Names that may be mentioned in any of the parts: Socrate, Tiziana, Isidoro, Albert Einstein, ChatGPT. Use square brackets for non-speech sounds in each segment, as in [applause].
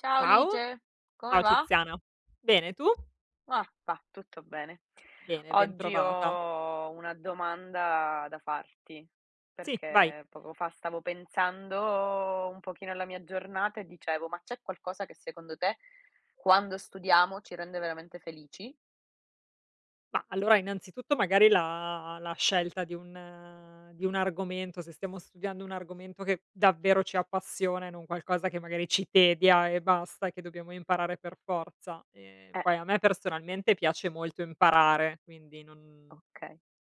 Ciao Ciao, Lice, come ciao va? Tiziana. Bene, tu? Ah, va, tutto bene. Bene, Oggi bentrovata. ho una domanda da farti, Sì, vai. perché poco fa stavo pensando un pochino alla mia giornata e dicevo, ma c'è qualcosa che secondo te quando studiamo ci rende veramente felici? Ma allora innanzitutto magari la scelta di un argomento, se stiamo studiando un argomento che davvero ci appassiona e non qualcosa che magari ci tedia e basta, che dobbiamo imparare per forza. Eh, Poi a me personalmente piace molto imparare, quindi non ok.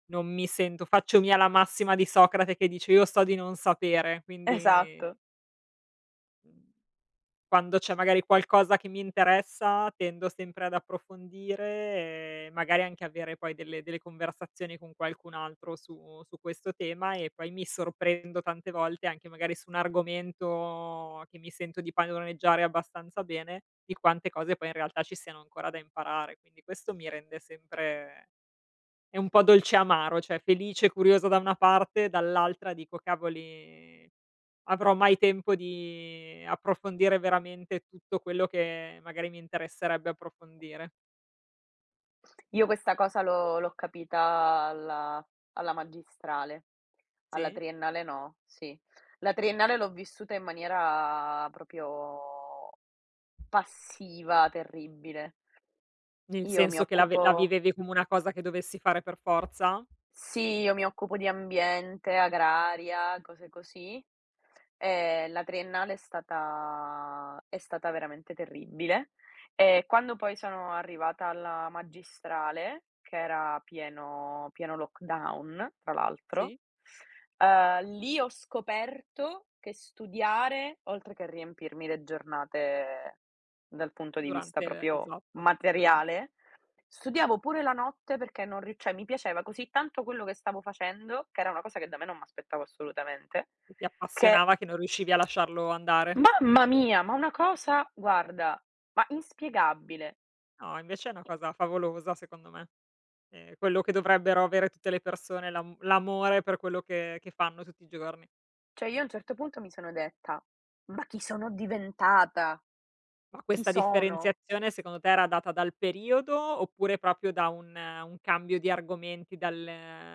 non mi sento faccio mia la massima di Socrate che dice: "Io so di non sapere". [laughs] Quindi, Esatto. mhmm. Quando c'è magari qualcosa che mi interessa tendo sempre ad approfondire e magari anche avere poi delle conversazioni con qualcun altro su questo tema, e poi mi sorprendo tante volte anche magari su un argomento che mi sento di padroneggiare abbastanza bene, di quante cose poi in realtà ci siano ancora da imparare. Quindi questo mi rende sempre è un po' dolce amaro, cioè felice e curiosa da una parte, dall'altra dico: "Cavoli, avrò mai tempo di approfondire veramente tutto quello che magari mi interesserebbe approfondire?" Io questa cosa l'ho capita alla alla magistrale, alla Sì. triennale no, sì. La triennale l'ho vissuta in maniera proprio passiva, terribile. Nel Io mi senso che occupo la vivevi come una cosa che dovessi fare per forza? Sì, io mi occupo di ambiente, agraria, cose così. La triennale è stata veramente terribile. E quando poi sono arrivata alla magistrale, che era pieno pieno lockdown, tra l'altro Sì, lì ho scoperto che studiare, oltre che riempirmi le giornate dal punto di vista durante il proprio esatto. duran materiale, studiavo pure la notte perché non ri cioè mi piaceva così tanto quello che stavo facendo, che era una cosa che da me non m'aspettavo assolutamente, Che ti che appassionava, che non riuscivi a lasciarlo andare. mamma mia, ma una cosa guarda, ma inspiegabile. No, invece è una cosa favolosa secondo me. È quello che dovrebbero avere tutte le persone, l'amore per quello che fanno tutti i giorni. Cioè io a un certo punto mi sono detta: "Ma chi sono diventata? Ma Chi questa sono?" differenziazione secondo te era data dal periodo, oppure proprio da un cambio di argomenti dal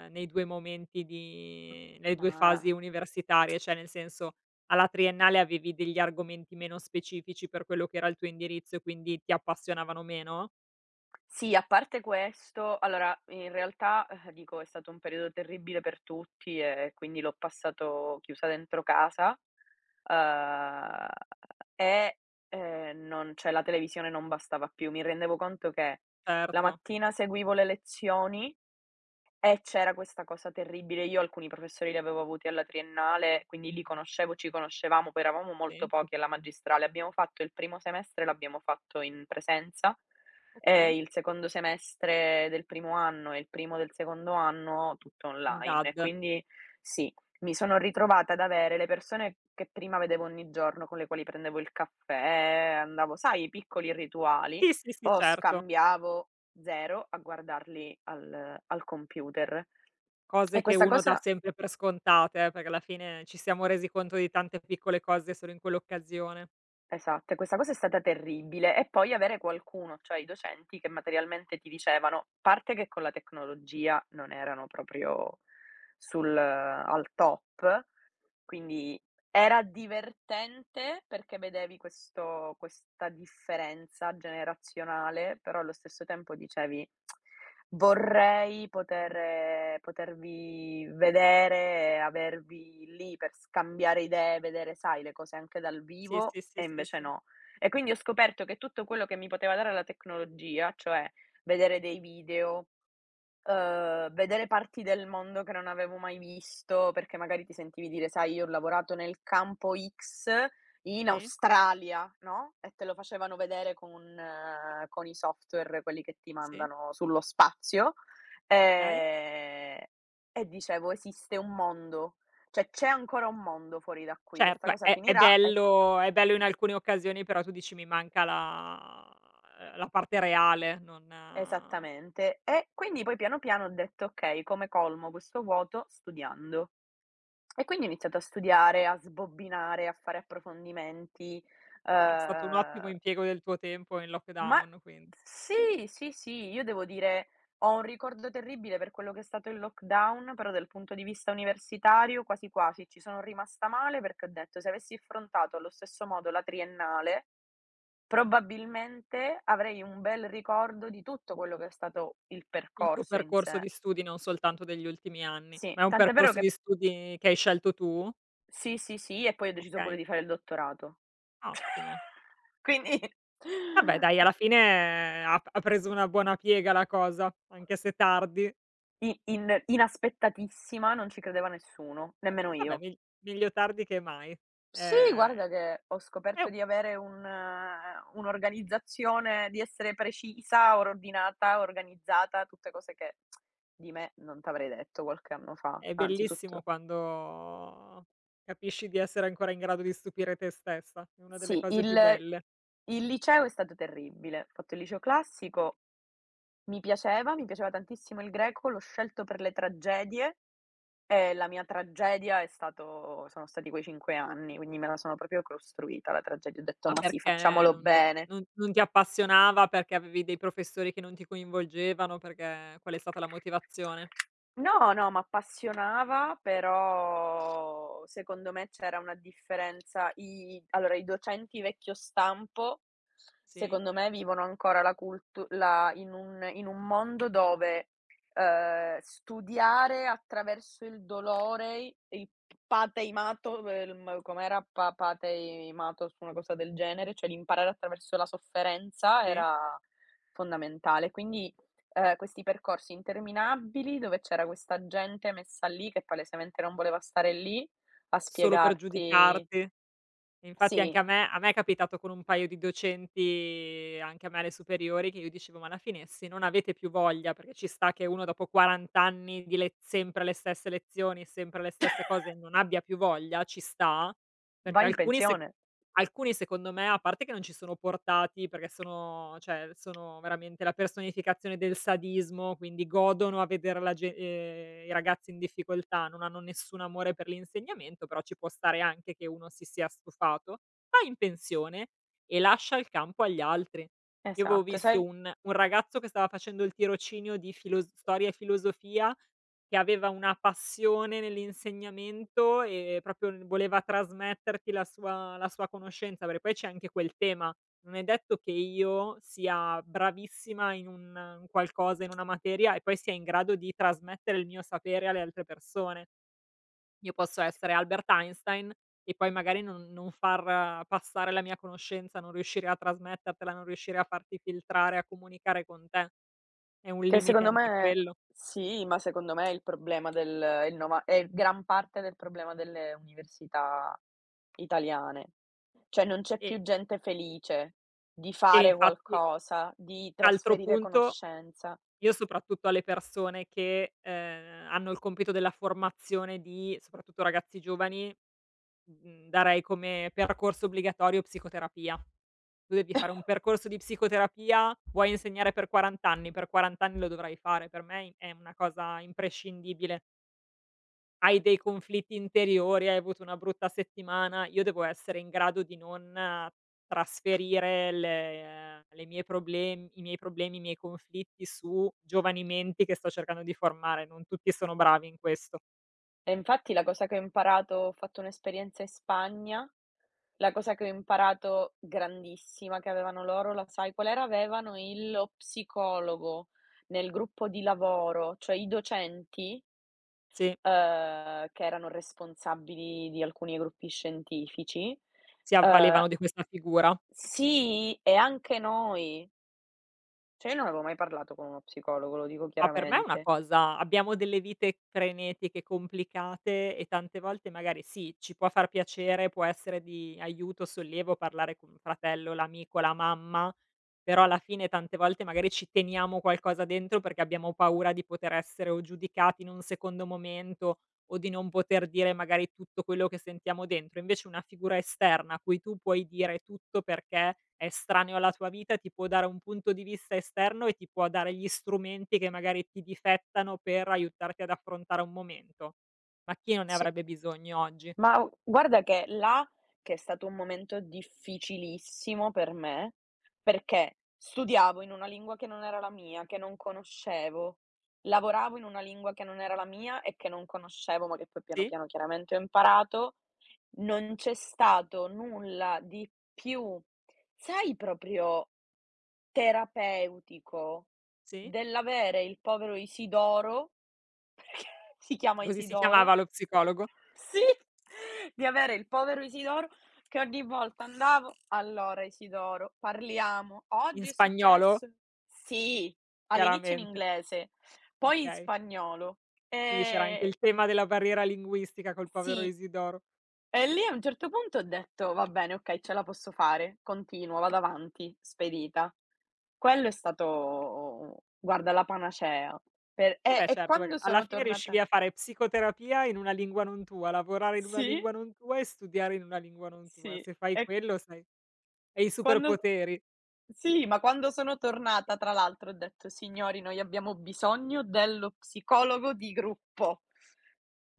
nei 2 momenti di M nelle 2 fasi ma universitarie? Cioè, nel senso, alla triennale avevi degli argomenti meno specifici per quello che era il tuo indirizzo e quindi ti appassionavano meno? Sì, a parte questo, allora in realtà, dico, è stato un periodo terribile per tutti e quindi l'ho passato chiusa dentro casa, uhm, e, non cioè la televisione non bastava più. Mi rendevo conto che la Certo, mattina seguivo le lezioni, c'era questa cosa terribile. Io alcuni professori li avevo avuti alla triennale, quindi li conoscevo, ci conoscevamo, poi eravamo molto sì, pochi alla magistrale. Abbiamo fatto il primo semestre, l'abbiamo fatto in presenza, e okay. il secondo semestre del primo anno e il primo del secondo anno tutto In online. E DAD. quindi sì, mi sono ritrovata ad avere le persone che prima vedevo ogni giorno, con le quali prendevo il caffè, andavo, sai, i piccoli rituali, Sì, sì, sì, o certo. scambiavo 0 a guardarli al computer. E Cose che questa uno dà cosa sempre per scontate, perché alla fine ci siamo resi conto di tante piccole cose solo in quell'occasione. Esatto, e questa cosa è stata terribile. E poi avere qualcuno, cioè i docenti, che materialmente ti dicevano, a parte che con la tecnologia non erano proprio sul al top. Quindi era divertente perché vedevi questo questa differenza generazionale, però allo stesso tempo dicevi: "Vorrei potervi vedere e avervi lì per scambiare idee, vedere, sai, le cose anche dal Sì, vivo", sì, sì, e sì, invece sì. no. E quindi ho scoperto che tutto quello che mi poteva dare la tecnologia, cioè vedere dei video, vedere parti del mondo che non avevo mai visto, perché magari ti sentivi dire: "Sai, io ho lavorato nel campo X in Sì, Australia", no, e te lo facevano vedere con i software, quelli che ti sì, mandano sullo spazio. okay. ehm, e dicevo: "Esiste un mondo, cioè c'è ancora un mondo fuori da qui, questa Certo, cosa è è finirà e". bello è bello in alcune occasioni, però tu dici: "Mi manca la la parte reale." Non, Esattamente. E quindi poi piano piano ho detto: "Okay, come colmo questo vuoto? Studiando". E quindi ho iniziato a studiare, a sbobbinare, a fare approfondimenti. vabbè, è stato un ottimo uhm, impiego del tuo tempo in ma lockdown, quindi. sì, sì, sì, io devo dire, ho un ricordo terribile per quello che è stato il lockdown, però dal punto di vista universitario quasi quasi ci sono rimasta male perché ho detto: "Se avessi affrontato allo stesso modo la triennale, probabilmente avrei un bel ricordo di tutto quello che è stato il Il tuo percorso in percorso sé". di studi, non soltanto degli ultimi anni, Sì, ma è un tant'è vero percorso che di studi che hai scelto tu? sì, sì, sì, e poi ho deciso pure Okay, di fare il dottorato. ottimo. [laughs] Quindi Vabbè dai, cu alla fine ha preso una buona piega la cosa, anche se tardi. I in inaspettatissima, non ci credeva nessuno, nemmeno Vabbè, io. meglio tardi che mai. Sì, Ehm, guarda che ho è scoperto un di avere un'organizzazione, di essere precisa, ordinata, organizzata, tutte cose che di me non t'avrei detto qualche anno fa. È bellissimo Anzitutto quando capisci di essere ancora in grado di stupire te stessa, è una delle sì, cose più il belle. il liceo è stato terribile. Ho fatto il liceo classico, mi piaceva tantissimo il greco, l'ho scelto per le tragedie. La mia tragedia è stato sono stati quei 5 anni, quindi me la sono proprio costruita la tragedia. Ho detto: Ma "Ma sì, perché facciamolo non non bene". non non ti appassionava, perché avevi dei professori che non ti coinvolgevano, perché qual è stata la motivazione? No, no, m'appassionava, però secondo me c'era una differenza. I Allora i docenti vecchio stampo, Sì? secondo me vivono ancora la in un mondo dove, studiare attraverso il dolore, il pateimato, com'era? Pa pateimatos, una cosa del genere, cioè l'imparare attraverso la sofferenza Sì? era fondamentale. Quindi questi percorsi interminabili dove c'era questa gente messa lì che palesemente non voleva stare lì a Solo per spiegarti. giudicarti. E infatti anche a Sì, me è capitato con un paio di docenti, anche a me alle superiori, che io dicevo: "Ma alla fine se non avete più voglia", perché ci sta che uno dopo 40 anni di le sempre le stesse lezioni, sempre le stesse cose, non abbia più voglia, ci sta, perché vai in alcuni se pensione. alcuni secondo me, a parte che non ci sono portati perché sono cioè sono veramente la personificazione del sadismo, quindi godono a vedere la ge i ragazzi in difficoltà, non hanno nessun amore per l'insegnamento, però ci può stare anche che uno si sia stufato, va in pensione e lascia il campo agli altri. Io avevo Esatto, visto sai un ragazzo che stava facendo il tirocinio di filos storia e filosofia che aveva una passione nell'insegnamento e proprio n voleva trasmetterti la sua conoscenza, perché poi c'è anche quel tema. Non è detto che io sia bravissima in un qualcosa, in una materia e poi sia in grado di trasmettere il mio sapere alle altre persone. Io posso essere Albert Einstein e poi magari non far passare la mia conoscenza, non riuscire a trasmettertela, non riuscire a farti filtrare, a comunicare con te. È un che limite secondo anche me quello. sì, ma secondo me il problema del il nova è gran parte del problema delle università italiane. Cioè non c'è più E gente felice di e fare infatti qualcosa, di Altro trasferire punto, conoscenza. io soprattutto alle persone che hanno il compito della formazione di soprattutto ragazzi giovani, mhmm, darei come percorso obbligatorio psicoterapia. Tu devi fare [laughs] un percorso di psicoterapia, vuoi insegnare per 40 anni, per 40 anni lo dovrai fare. Per me è una cosa imprescindibile. Hai dei conflitti interiori, hai avuto una brutta settimana, io devo essere in grado di non trasferire le mie problemi, i miei conflitti su giovani menti che sto cercando di formare, non tutti sono bravi in questo. E infatti la cosa che ho imparato ho fatto un'esperienza in Spagna, la cosa che ho imparato grandissima che avevano loro, la sai qual era? Avevano il lo psicologo nel gruppo di lavoro, cioè i docenti, Sì, che erano responsabili di alcuni gruppi scientifici. si ehm avvalevano di questa figura. sì, e anche noi. Cioè io non avevo mai parlato con uno psicologo, lo dico Ma per me è una chiaramente. cosa, abbiamo delle vite frenetiche, complicate e tante volte magari sì, ci può far piacere, può essere di aiuto, sollievo parlare con un fratello, l'amico, la mamma, però alla fine tante volte magari ci teniamo qualcosa dentro perché abbiamo paura di poter essere o giudicati in un secondo momento o di non poter dire magari tutto quello che sentiamo dentro. Invece una figura esterna a cui tu puoi dire tutto perché è estraneo alla tua vita, ti può dare un punto di vista esterno e ti può dare gli strumenti che magari ti difettano per aiutarti ad affrontare un momento. Ma chi non ne Sì. avrebbe bisogno oggi? Ma u guarda che là, che è stato un momento difficilissimo per me, perché studiavo in una lingua che non era la mia, che non conoscevo, lavoravo in una lingua che non era la mia e che non conoscevo, ma che poi piano Sì, piano chiaramente ho imparato. Non c'è stato nulla di più, sai, proprio terapeutico sì, dell'avere il povero Isidoro, [laughs] perché si chiama che così si Isidoro, chiamava lo psicologo? sì, di avere il povero Isidoro che ogni volta andavo: "Allora Isidoro, parliamo. In Oggi è spagnolo? successo". Sì, all'inizio in Chiaramente. inglese, poi in Okay. spagnolo. Quindi c'era anche Ehm, il tema della barriera linguistica col povero sì, Isidoro. e lì a un certo punto ho detto: "Va bene, okay, ce la posso fare, continuo, vado avanti, spedita". Quello è stato, guarda, la panacea. Per Eh beh e certo, perché quando alla sono fine riuscivi tornata a fare psicoterapia in una lingua non tua, lavorare in una Sì, lingua non tua e studiare in una lingua non tua. sì, Se fai e quello sai hai i quando superpoteri. Sì, ma quando sono tornata, tra l'altro, ho detto: "Signori, noi abbiamo bisogno dello psicologo di gruppo.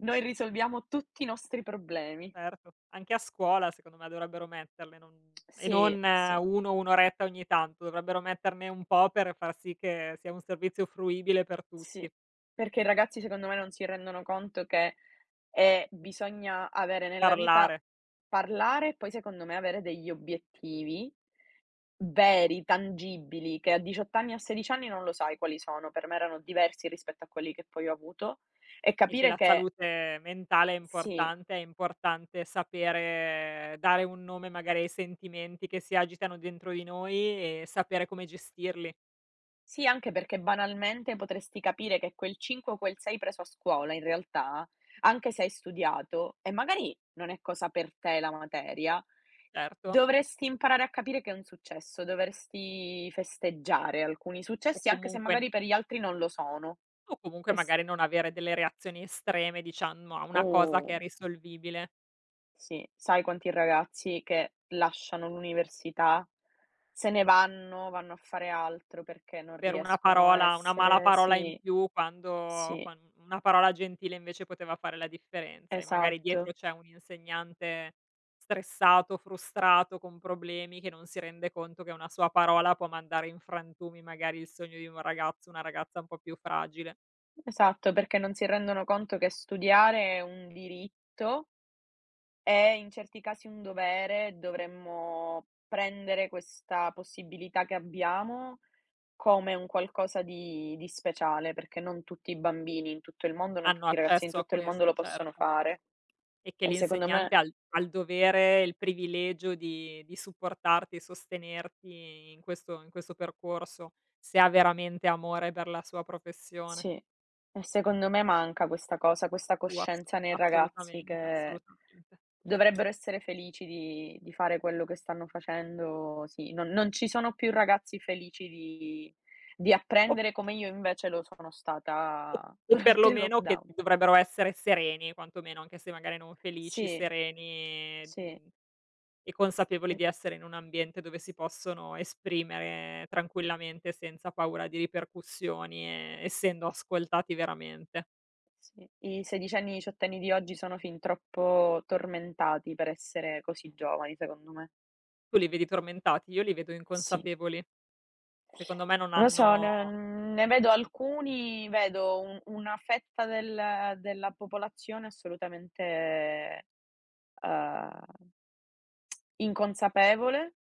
Noi risolviamo tutti i nostri problemi". Certo, anche a scuola secondo me dovrebbero metterle, Sì, non sì, 1, 1 oretta ogni tanto, dovrebbero metterne un po' per far sì che sia un servizio fruibile per sì. tutti. Perché i ragazzi secondo me non si rendono conto che, bisogna avere nella vita Parlare. parlare e poi secondo me avere degli obiettivi veri, tangibili, che a 18 anni, a 16 anni non lo sai quali sono, per me erano diversi rispetto a quelli che poi ho avuto, e E che capire la che. salute mentale Sì, è importante sapere dare un nome magari ai sentimenti che si agitano dentro di noi e sapere come gestirli, sì, anche perché banalmente potresti capire che quel 5 o quel 6 preso a scuola in realtà, anche se hai studiato e magari non è cosa per te la materia, certo. dovresti imparare a capire che è un successo, dovresti festeggiare alcuni O successi anche se comunque, magari per gli altri non lo sono. E s magari non avere delle reazioni estreme diciamo a una cosa che O è risolvibile. sì, sai quanti ragazzi che lasciano l'università, se ne vanno, vanno a fare altro perché non Per una riescono a parola, una mala essere. parola in Sì, più quando sì. quan una parola gentile invece poteva fare la differenza, e magari dietro Esatto, c'è un insegnante stressato, frustrato, con problemi, che non si rende conto che una sua parola può mandare in frantumi magari il sogno di un ragazzo, una ragazza un po' più fragile. esatto, perché non si rendono conto che studiare è un diritto e in certi casi un dovere, dovremmo prendere questa possibilità che abbiamo come un qualcosa di speciale, perché non tutti i bambini in tutto il mondo, non Hanno tutti i ragazzi in accesso a tutto il mondo lo questo, possono certo. fare. E che E secondo l'insegnante me ha il dovere e il privilegio di supportarti e sostenerti in questo percorso, se ha veramente amore per la sua professione. Sì, e secondo me manca questa cosa, questa Uh, ass coscienza nei ragazzi Assolutamente, che assolutamente. dovrebbero essere felici di fare quello che stanno facendo, sì. Non ci sono più ragazzi felici di O apprendere come io invece lo sono o stata [laughs] o durante il perlomeno che lockdown. dovrebbero essere sereni, quantomeno, anche se magari non felici, Sì, sereni, sì, mhmm, e consapevoli e di essere in un ambiente dove si possono esprimere tranquillamente senza paura di ripercussioni e essendo ascoltati veramente. sì. I sedicenni, diciottenni di oggi sono fin troppo tormentati per essere così giovani, secondo me. Tu li vedi tormentati, io li vedo Sì. inconsapevoli. Secondo me non Non lo so, hanno ne vedo alcuni, vedo un una fetta della popolazione assolutamente uhm inconsapevole,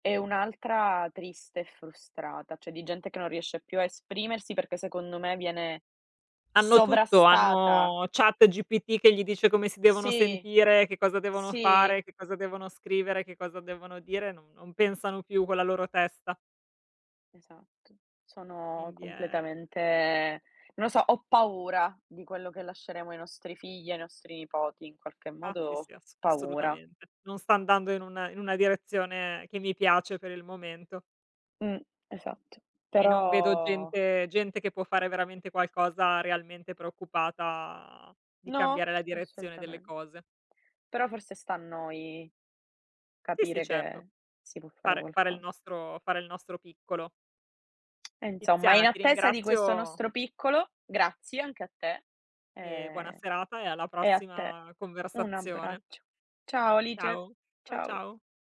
e un'altra triste e frustrata, cioè di gente che non riesce più a esprimersi perché secondo me viene hanno tutto, sovrastata. hanno ChatGPT che gli dice come si devono Sì, sentire, che cosa devono sì, fare, che cosa devono scrivere, che cosa devono dire, non pensano più con la loro testa. esatto. Sono Quindi è completamente Non lo so, ho paura di quello che lasceremo ai nostri figli e ai nostri nipoti, in qualche ah Sì, modo sì, paura. assolutamente. Non sta andando in una direzione che mi piace per il momento, Mh, esatto. e non vedo Però gente che può fare veramente qualcosa realmente preoccupata di No, cambiare la direzione delle assolutamente. cose. Però forse sta a noi Sì, sì, capire certo. che si può fare qualcosa. Fare il nostro piccolo. E insomma, in Tiziana, ti attesa di questo ringrazio nostro piccolo, grazie anche a te, e buona ehm, serata e alla e a te prossima un conversazione. abbraccio. Ciao Alice, Ciao. Ciao, ciao. ciao.